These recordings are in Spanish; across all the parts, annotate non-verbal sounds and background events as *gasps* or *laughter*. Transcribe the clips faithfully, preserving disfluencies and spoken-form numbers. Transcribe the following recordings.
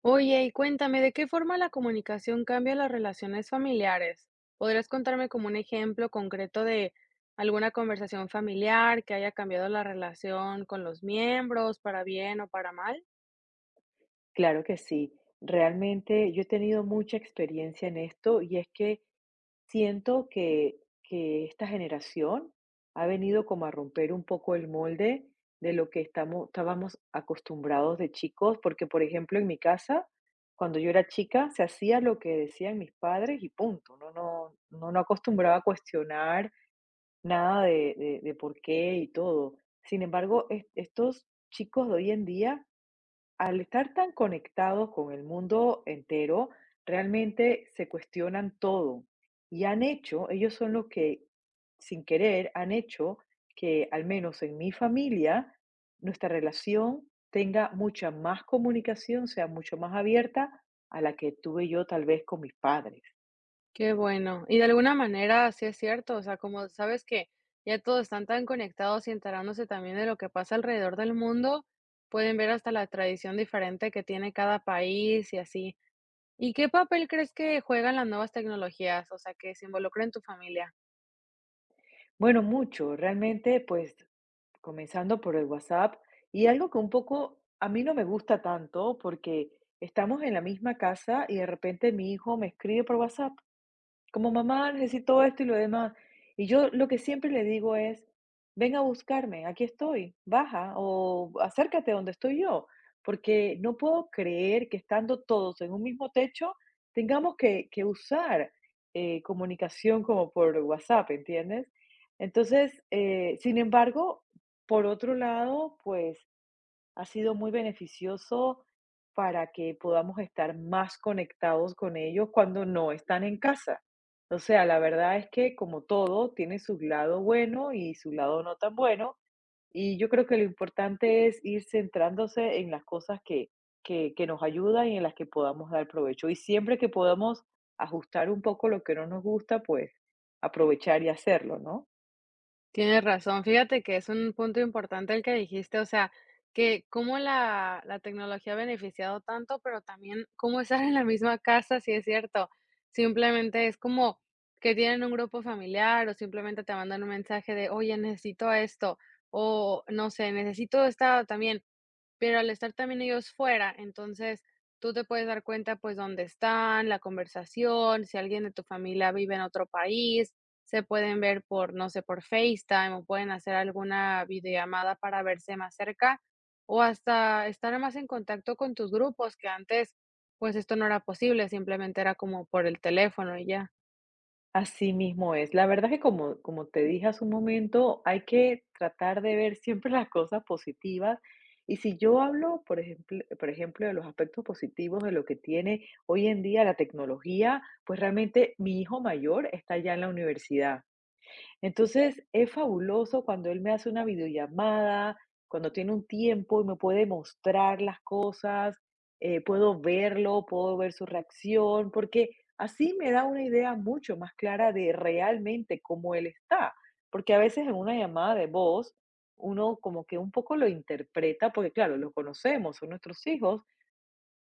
Oye, y cuéntame, ¿de qué forma la comunicación cambia las relaciones familiares? ¿Podrías contarme como un ejemplo concreto de alguna conversación familiar que haya cambiado la relación con los miembros, para bien o para mal? Claro que sí. Realmente yo he tenido mucha experiencia en esto y es que siento que, que esta generación ha venido como a romper un poco el molde de lo que estamos, estábamos acostumbrados de chicos, porque por ejemplo en mi casa, cuando yo era chica, se hacía lo que decían mis padres y punto. No, no, no, no acostumbraba a cuestionar nada de, de, de por qué y todo. Sin embargo, es- estos chicos de hoy en día, al estar tan conectados con el mundo entero, realmente se cuestionan todo y han hecho, ellos son los que sin querer han hecho que, al menos en mi familia, nuestra relación tenga mucha más comunicación, sea mucho más abierta a la que tuve yo tal vez con mis padres. Qué bueno. Y de alguna manera, sí es cierto, o sea, como sabes que ya todos están tan conectados y enterándose también de lo que pasa alrededor del mundo, pueden ver hasta la tradición diferente que tiene cada país y así. ¿Y qué papel crees que juegan las nuevas tecnologías, o sea, que se involucra en tu familia? Bueno, mucho, realmente, pues comenzando por el WhatsApp, y algo que un poco a mí no me gusta tanto, porque estamos en la misma casa y de repente mi hijo me escribe por WhatsApp como mamá, necesito esto y lo demás. Y yo lo que siempre le digo es: ven a buscarme, aquí estoy, baja o acércate donde estoy yo, porque no puedo creer que estando todos en un mismo techo tengamos que, que usar, eh, comunicación como por WhatsApp, ¿entiendes? Entonces, eh, sin embargo, por otro lado, pues ha sido muy beneficioso para que podamos estar más conectados con ellos cuando no están en casa. O sea, la verdad es que como todo, tiene su lado bueno y su lado no tan bueno. Y yo creo que lo importante es ir centrándose en las cosas que, que, que nos ayudan y en las que podamos dar provecho. Y siempre que podamos ajustar un poco lo que no nos gusta, pues aprovechar y hacerlo, ¿no? Tienes razón. Fíjate que es un punto importante el que dijiste, o sea, que cómo la, la tecnología ha beneficiado tanto, pero también cómo estar en la misma casa, si es cierto. Simplemente es como que tienen un grupo familiar o simplemente te mandan un mensaje de, oye, necesito esto, o no sé, necesito esta también. Pero al estar también ellos fuera, entonces tú te puedes dar cuenta, pues, dónde están, la conversación, si alguien de tu familia vive en otro país, se pueden ver por, no sé, por FaceTime o pueden hacer alguna videollamada para verse más cerca o hasta estar más en contacto con tus grupos, que antes, pues, esto no era posible, simplemente era como por el teléfono y ya. Así mismo es. La verdad que como, como te dije hace un momento, hay que tratar de ver siempre *laughs* las cosas positivas. Y si yo hablo, por ejemplo, por ejemplo, de los aspectos positivos de lo que tiene hoy en día la tecnología, pues realmente mi hijo mayor está ya en la universidad. Entonces, es fabuloso cuando él me hace una videollamada, cuando tiene un tiempo y me puede mostrar las cosas, eh, puedo verlo, puedo ver su reacción, porque así me da una idea mucho más clara de realmente cómo él está. Porque a veces en una llamada de voz, uno como que un poco lo interpreta, porque claro, lo conocemos, son nuestros hijos,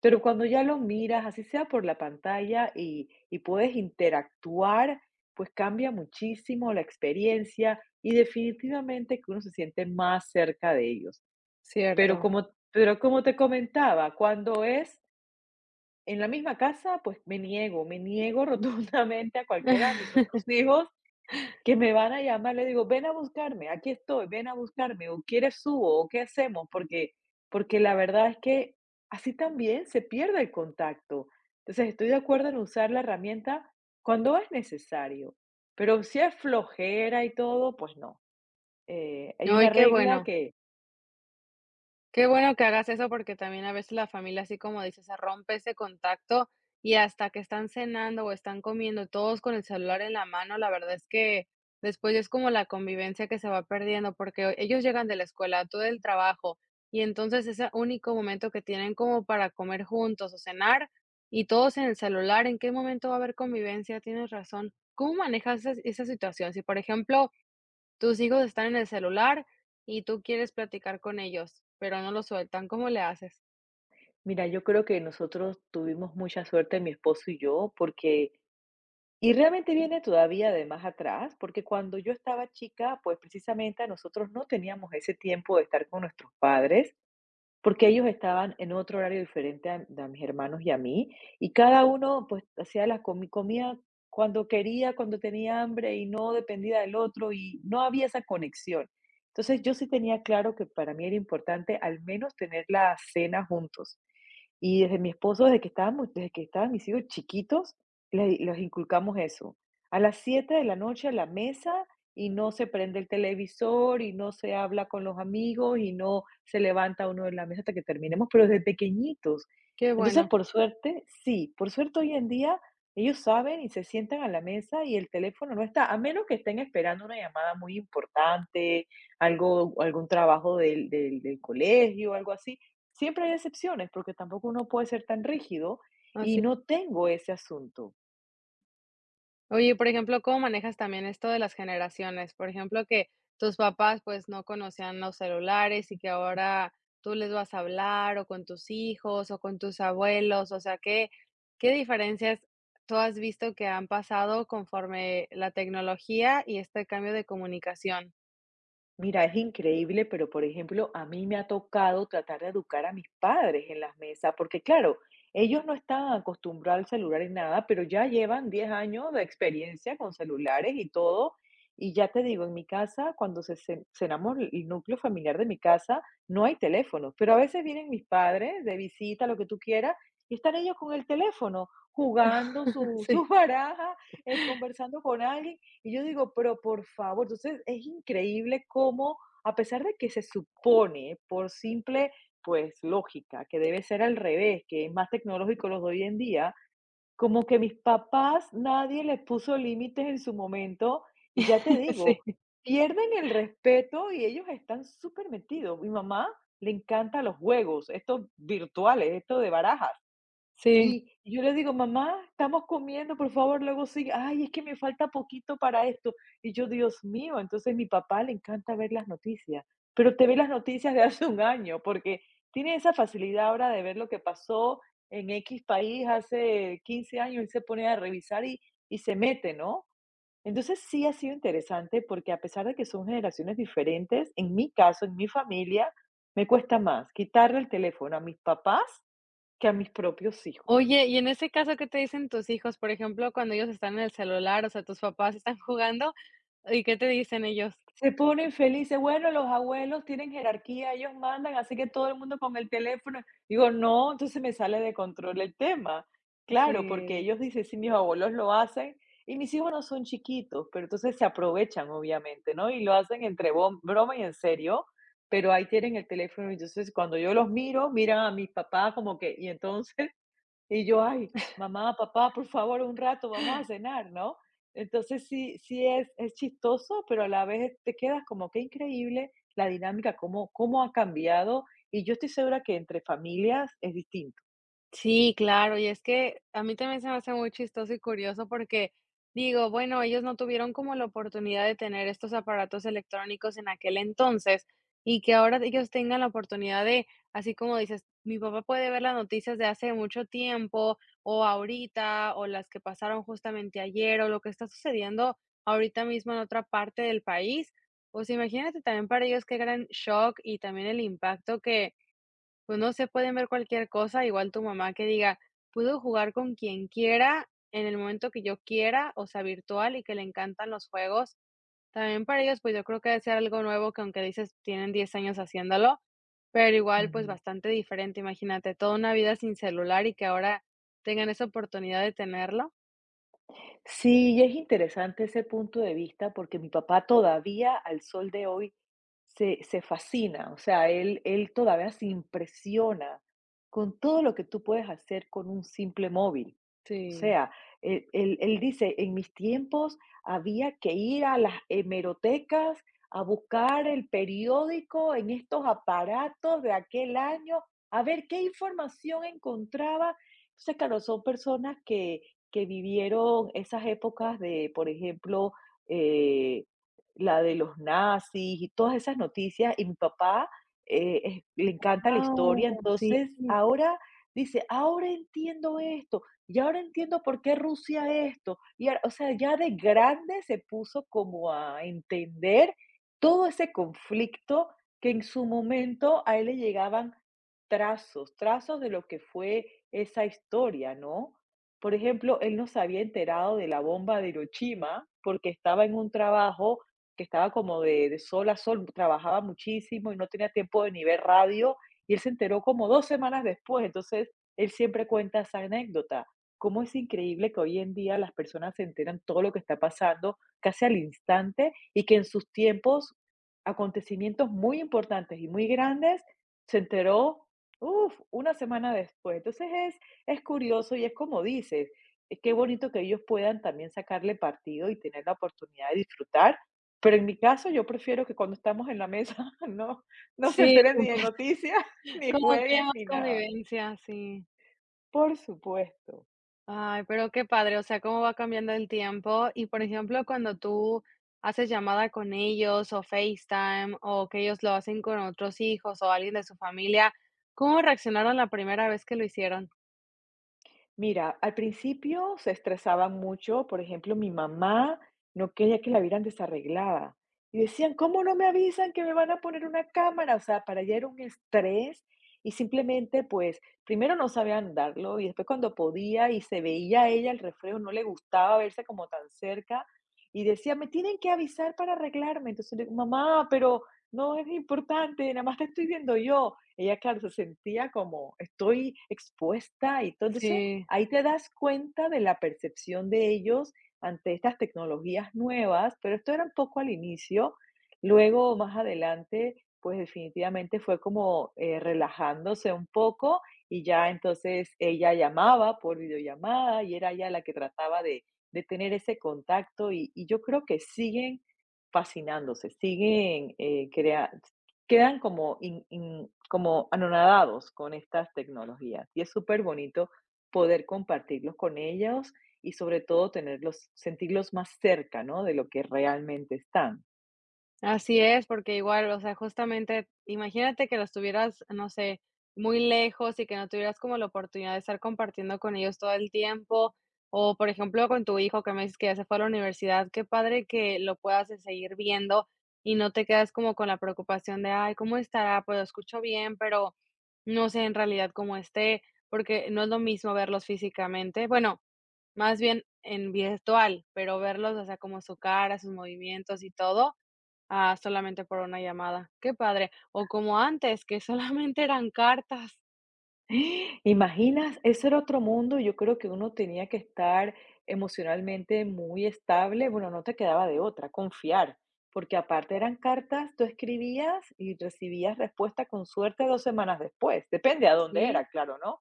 pero cuando ya lo miras, así sea por la pantalla y, y puedes interactuar, pues cambia muchísimo la experiencia y definitivamente que uno se siente más cerca de ellos. Pero Cierto. como, pero como te comentaba, cuando es en la misma casa, pues me niego, me niego *laughs* rotundamente a cualquiera de *laughs* mis otros hijos que me van a llamar, le digo: "Ven a buscarme, aquí estoy, ven a buscarme, o quieres subo, o qué hacemos", porque porque la verdad es que así también se pierde el contacto. Entonces, estoy de acuerdo en usar la herramienta cuando es necesario, pero si es flojera y todo, pues no. Eh, hay una Ay, qué regla bueno. que, Qué bueno que hagas eso, porque también a veces la familia, así como dices, se rompe ese contacto y hasta que están cenando o están comiendo todos con el celular en la mano, la verdad es que después es como la convivencia que se va perdiendo, porque ellos llegan de la escuela, tú del trabajo, y entonces ese único momento que tienen como para comer juntos o cenar y todos en el celular, ¿en qué momento va a haber convivencia? Tienes razón. ¿Cómo manejas esa, esa situación? Si, por ejemplo, tus hijos están en el celular y tú quieres platicar con ellos, pero no lo sueltan. ¿Cómo le haces? mira, yo creo que nosotros tuvimos mucha suerte, mi esposo y yo, porque y realmente viene todavía de más atrás, porque cuando yo estaba chica, pues precisamente nosotros no teníamos ese tiempo de estar con nuestros padres, porque ellos estaban en otro horario diferente a, a mis hermanos y a mí, y cada uno pues hacía las comi- comía cuando quería, cuando tenía hambre y no dependía del otro y no había esa conexión. Entonces yo sí tenía claro que para mí era importante al menos tener la cena juntos. Y desde mi esposo, desde que estábamos desde que estaban mis hijos chiquitos, les los inculcamos eso. A las siete de la noche a la mesa, y no se prende el televisor y no se habla con los amigos y no se levanta uno de la mesa hasta que terminemos, pero desde pequeñitos. Qué Entonces, bueno, por suerte, sí, por suerte hoy en día ellos saben y se sientan a la mesa y el teléfono no está, a menos que estén esperando una llamada muy importante, algo algún trabajo del del del colegio, algo así. Siempre hay excepciones porque tampoco uno puede ser tan rígido, y así. no tengo ese asunto. Oye, por ejemplo, ¿cómo manejas también esto de las generaciones? Por ejemplo, que tus papás, pues, no conocían los celulares y que ahora tú les vas a hablar, o con tus hijos, o con tus abuelos. O sea, ¿qué qué diferencias tú has visto que han pasado conforme la tecnología y este cambio de comunicación? Mira, es increíble, pero por ejemplo, a mí me ha tocado tratar de educar a mis padres en las mesas, porque claro, ellos no estaban acostumbrados al celular y nada, pero ya llevan diez años de experiencia con celulares y todo. Y ya te digo, en mi casa, cuando se ce- cenamos el el núcleo familiar de mi casa, no hay teléfonos, pero a veces vienen mis padres de visita, lo que tú quieras, y están ellos con el teléfono, jugando *laughs* su, Sí. su *laughs* baraja, eh, conversando con alguien. Y yo digo, pero por favor, entonces es increíble cómo, a pesar de que se supone por simple, pues, lógica, que debe ser al revés, que es más tecnológico los de hoy en día, como que mis papás, nadie les puso límites en su momento y ya te *laughs* Sí, digo, pierden el respeto y ellos están súper metidos. Mi mamá le encanta los juegos, estos virtuales, estos de barajas. sí. Y yo le digo: "Mamá, estamos comiendo, por favor, luego sigue". "Ay, es que me falta poquito para esto". Y yo: "Dios mío". Entonces, mi papá le encanta ver las noticias, pero te ve las noticias de hace un año, porque tiene esa facilidad ahora de ver lo que pasó en X país hace quince años, él se pone a revisar y y se mete, ¿no? Entonces, sí ha sido interesante, porque a pesar de que son generaciones diferentes, en mi caso, en mi familia, me cuesta más quitarle el teléfono a mis papás que a mis propios hijos. Oye, y en ese caso, ¿qué te dicen tus hijos? Por ejemplo, cuando ellos están en el celular, o sea, tus papás están jugando, ¿y qué te dicen ellos? Se ponen felices. Bueno, los abuelos tienen jerarquía, ellos mandan, así que todo el mundo con el teléfono. Digo, no, entonces me sale de control el tema. Claro, porque Sí. ellos dicen, sí, mis abuelos lo hacen y mis hijos no son chiquitos, pero entonces se aprovechan, obviamente, ¿no? Y lo hacen entre bom- broma y en serio, pero ahí tienen el teléfono. Y entonces, cuando yo los miro, miran a mis papás como que, y entonces y yo, ay, mamá, papá, por favor, un rato, vamos a cenar, ¿no? Entonces sí, sí es, es chistoso, pero a la vez te quedas como que increíble la dinámica, cómo, cómo ha cambiado. Y yo estoy segura que entre familias es distinto. Sí, claro, y es que a mí también se me hace muy chistoso y curioso porque digo, bueno, ellos no tuvieron como la oportunidad de tener estos aparatos electrónicos en aquel entonces y que ahora ellos tengan la oportunidad de, así como dices, mi papá puede ver las noticias de hace mucho tiempo o ahorita o las que pasaron justamente ayer o lo que está sucediendo ahorita mismo en otra parte del país. Pues imagínate también para ellos qué gran shock y también el impacto que pues no se pueden ver cualquier cosa, igual tu mamá que diga: "Puedo jugar con quien quiera, en el momento que yo quiera", o sea, virtual, y que le encantan los juegos. También para ellos, pues, yo creo que debe ser algo nuevo, que aunque dices tienen diez años haciéndolo, pero igual, pues, bastante diferente. Imagínate, toda una vida sin celular y que ahora tengan esa oportunidad de tenerlo. Sí, y es interesante ese punto de vista porque mi papá todavía al sol de hoy se, se fascina, o sea, él, él todavía se impresiona con todo lo que tú puedes hacer con un simple móvil. O Sí. sea, él, él- él dice, en mis tiempos había que ir a las hemerotecas a buscar el periódico en estos aparatos de aquel año, a ver qué información encontraba. Entonces, claro, son personas que que vivieron esas épocas de, por ejemplo, eh, la de los nazis y todas esas noticias, y mi papá eh, es- le encanta la Guau, historia, sí, entonces ahora dice, ahora entiendo esto, y ahora entiendo por qué Rusia esto, y ahora, o sea, ya de grande se puso como a entender todo ese conflicto que en su momento a él le llegaban trazos, trazos de lo que fue esa historia, ¿no? Por ejemplo, él no se había enterado de la bomba de Hiroshima porque estaba en un trabajo que estaba como de, de sol a sol, trabajaba muchísimo y no tenía tiempo de ni ver radio, y él se enteró como dos semanas después. Entonces, él siempre cuenta esa anécdota. Cómo es increíble que hoy en día las personas se enteran todo lo que está pasando casi al instante y que en sus tiempos, acontecimientos muy importantes y muy grandes, se enteró, uf, una semana después. Entonces es es curioso y es como dices, es que bonito que ellos puedan también sacarle partido y tener la oportunidad de disfrutar, pero en mi caso yo prefiero que cuando estamos en la mesa *laughs* no, no se sí, enteren ni de noticias, *laughs* *laughs* ni como que haya jueguen, más ni nada. convivencia, sí. Por supuesto. Ay, pero qué padre, o sea, cómo va cambiando el tiempo. Y, por ejemplo, cuando tú haces llamada con ellos o FaceTime o que ellos lo hacen con otros hijos o alguien de su familia, ¿cómo reaccionaron la primera vez que lo hicieron? Mira, al principio se estresaban mucho, por ejemplo, mi mamá no quería que la vieran desarreglada y decían, ¿cómo no me avisan que me van a poner una cámara? O sea, para ella era un estrés y simplemente, pues, primero no sabía andarlo y después cuando podía y se veía a ella el reflejo, no le gustaba verse como tan cerca y decía, me tienen que avisar para arreglarme. Entonces le digo, mamá, pero no es importante, nada más te estoy viendo yo. Ella, claro, se sentía como, estoy expuesta y todo. Entonces, Sí. ahí te das cuenta de la percepción de ellos ante estas tecnologías nuevas, pero esto era un poco al inicio. Luego, más adelante, pues definitivamente fue como eh, relajándose un poco, y ya entonces ella llamaba por videollamada y era ella la que trataba de, de tener ese contacto y, y yo creo que siguen fascinándose, siguen eh, crea- quedan como, in- in- como anonadados con estas tecnologías, y es súper bonito poder compartirlos con ellos y sobre todo tenerlos, sentirlos más cerca, ¿no? De lo que realmente están. Así es, porque igual, o sea, justamente, imagínate que los tuvieras, no sé, muy lejos y que no tuvieras como la oportunidad de estar compartiendo con ellos todo el tiempo, o por ejemplo, con tu hijo que me dices que ya se fue a la universidad, qué padre que lo puedas, eh, seguir viendo y no te quedas como con la preocupación de: "Ay, ¿cómo estará? Pues lo escucho bien, pero no sé en realidad cómo esté", porque no es lo mismo verlos físicamente, bueno, más bien en virtual, pero verlos, o sea, como su cara, sus movimientos y todo, Ah, solamente por una llamada. Qué padre. O como antes, que *laughs* solamente eran cartas. *gasps* ¿Imaginas? Eso era otro mundo. Yo creo que uno tenía que estar emocionalmente muy estable. Bueno, no te quedaba de otra, confiar. Porque aparte eran cartas, tú escribías y recibías respuesta con suerte dos semanas después. Depende a dónde Sí, era, claro, ¿no?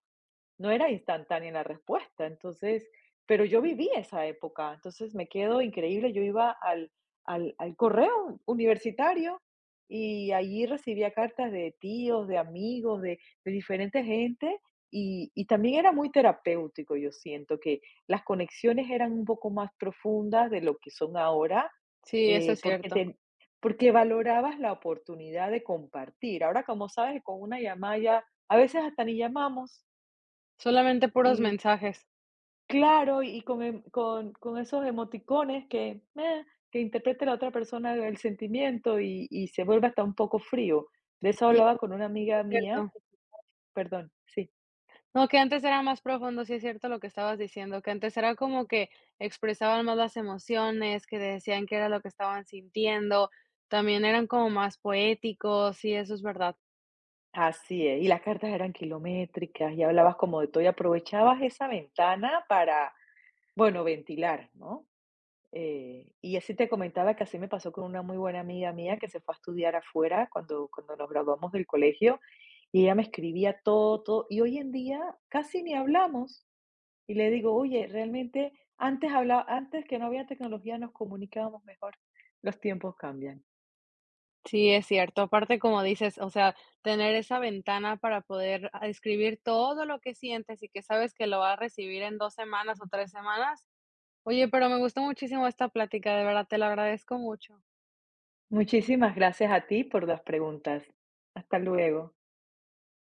No era instantánea la respuesta, entonces, pero yo viví esa época, entonces me quedo increíble, yo iba al, al, al correo universitario y allí recibía cartas de tíos, de amigos, de, de diferente gente, y, y también era muy terapéutico, yo siento que las conexiones eran un poco más profundas de lo que son ahora, sí, eso es eh, porque cierto. te, porque valorabas la oportunidad de compartir. Ahora, como sabes, con una llamada ya, a veces hasta ni llamamos. Solamente puros mensajes. Claro, y con em con con esos emoticones que, eh, que interprete la otra persona el sentimiento, y y se vuelve hasta un poco frío. De eso Y hablaba con eso una amiga es mía, cierto. perdón, sí, No, que antes era más profundo, sí es cierto lo que estabas diciendo, que antes era como que expresaban más las emociones, que decían qué era lo que estaban sintiendo, también eran como más poéticos, sí, eso es verdad. así es, y las cartas eran kilométricas y hablabas como de todo y aprovechabas esa ventana para, bueno, ventilar, ¿no? Eh, y así te comentaba que así me pasó con una muy buena amiga mía que se fue a estudiar afuera cuando cuando nos graduamos del colegio, y ella me escribía todo, todo, y hoy en día casi ni hablamos. Y le digo: "Oye, realmente antes hablaba antes que no había tecnología nos comunicábamos mejor. Los tiempos cambian". Sí, es cierto. Aparte, como dices, o sea, tener esa ventana para poder a escribir todo lo que sientes y que sabes que lo vas a recibir en dos semanas o tres semanas. Oye, pero me gustó muchísimo esta plática, de verdad, te lo agradezco mucho. Muchísimas gracias a ti por las preguntas. Hasta luego.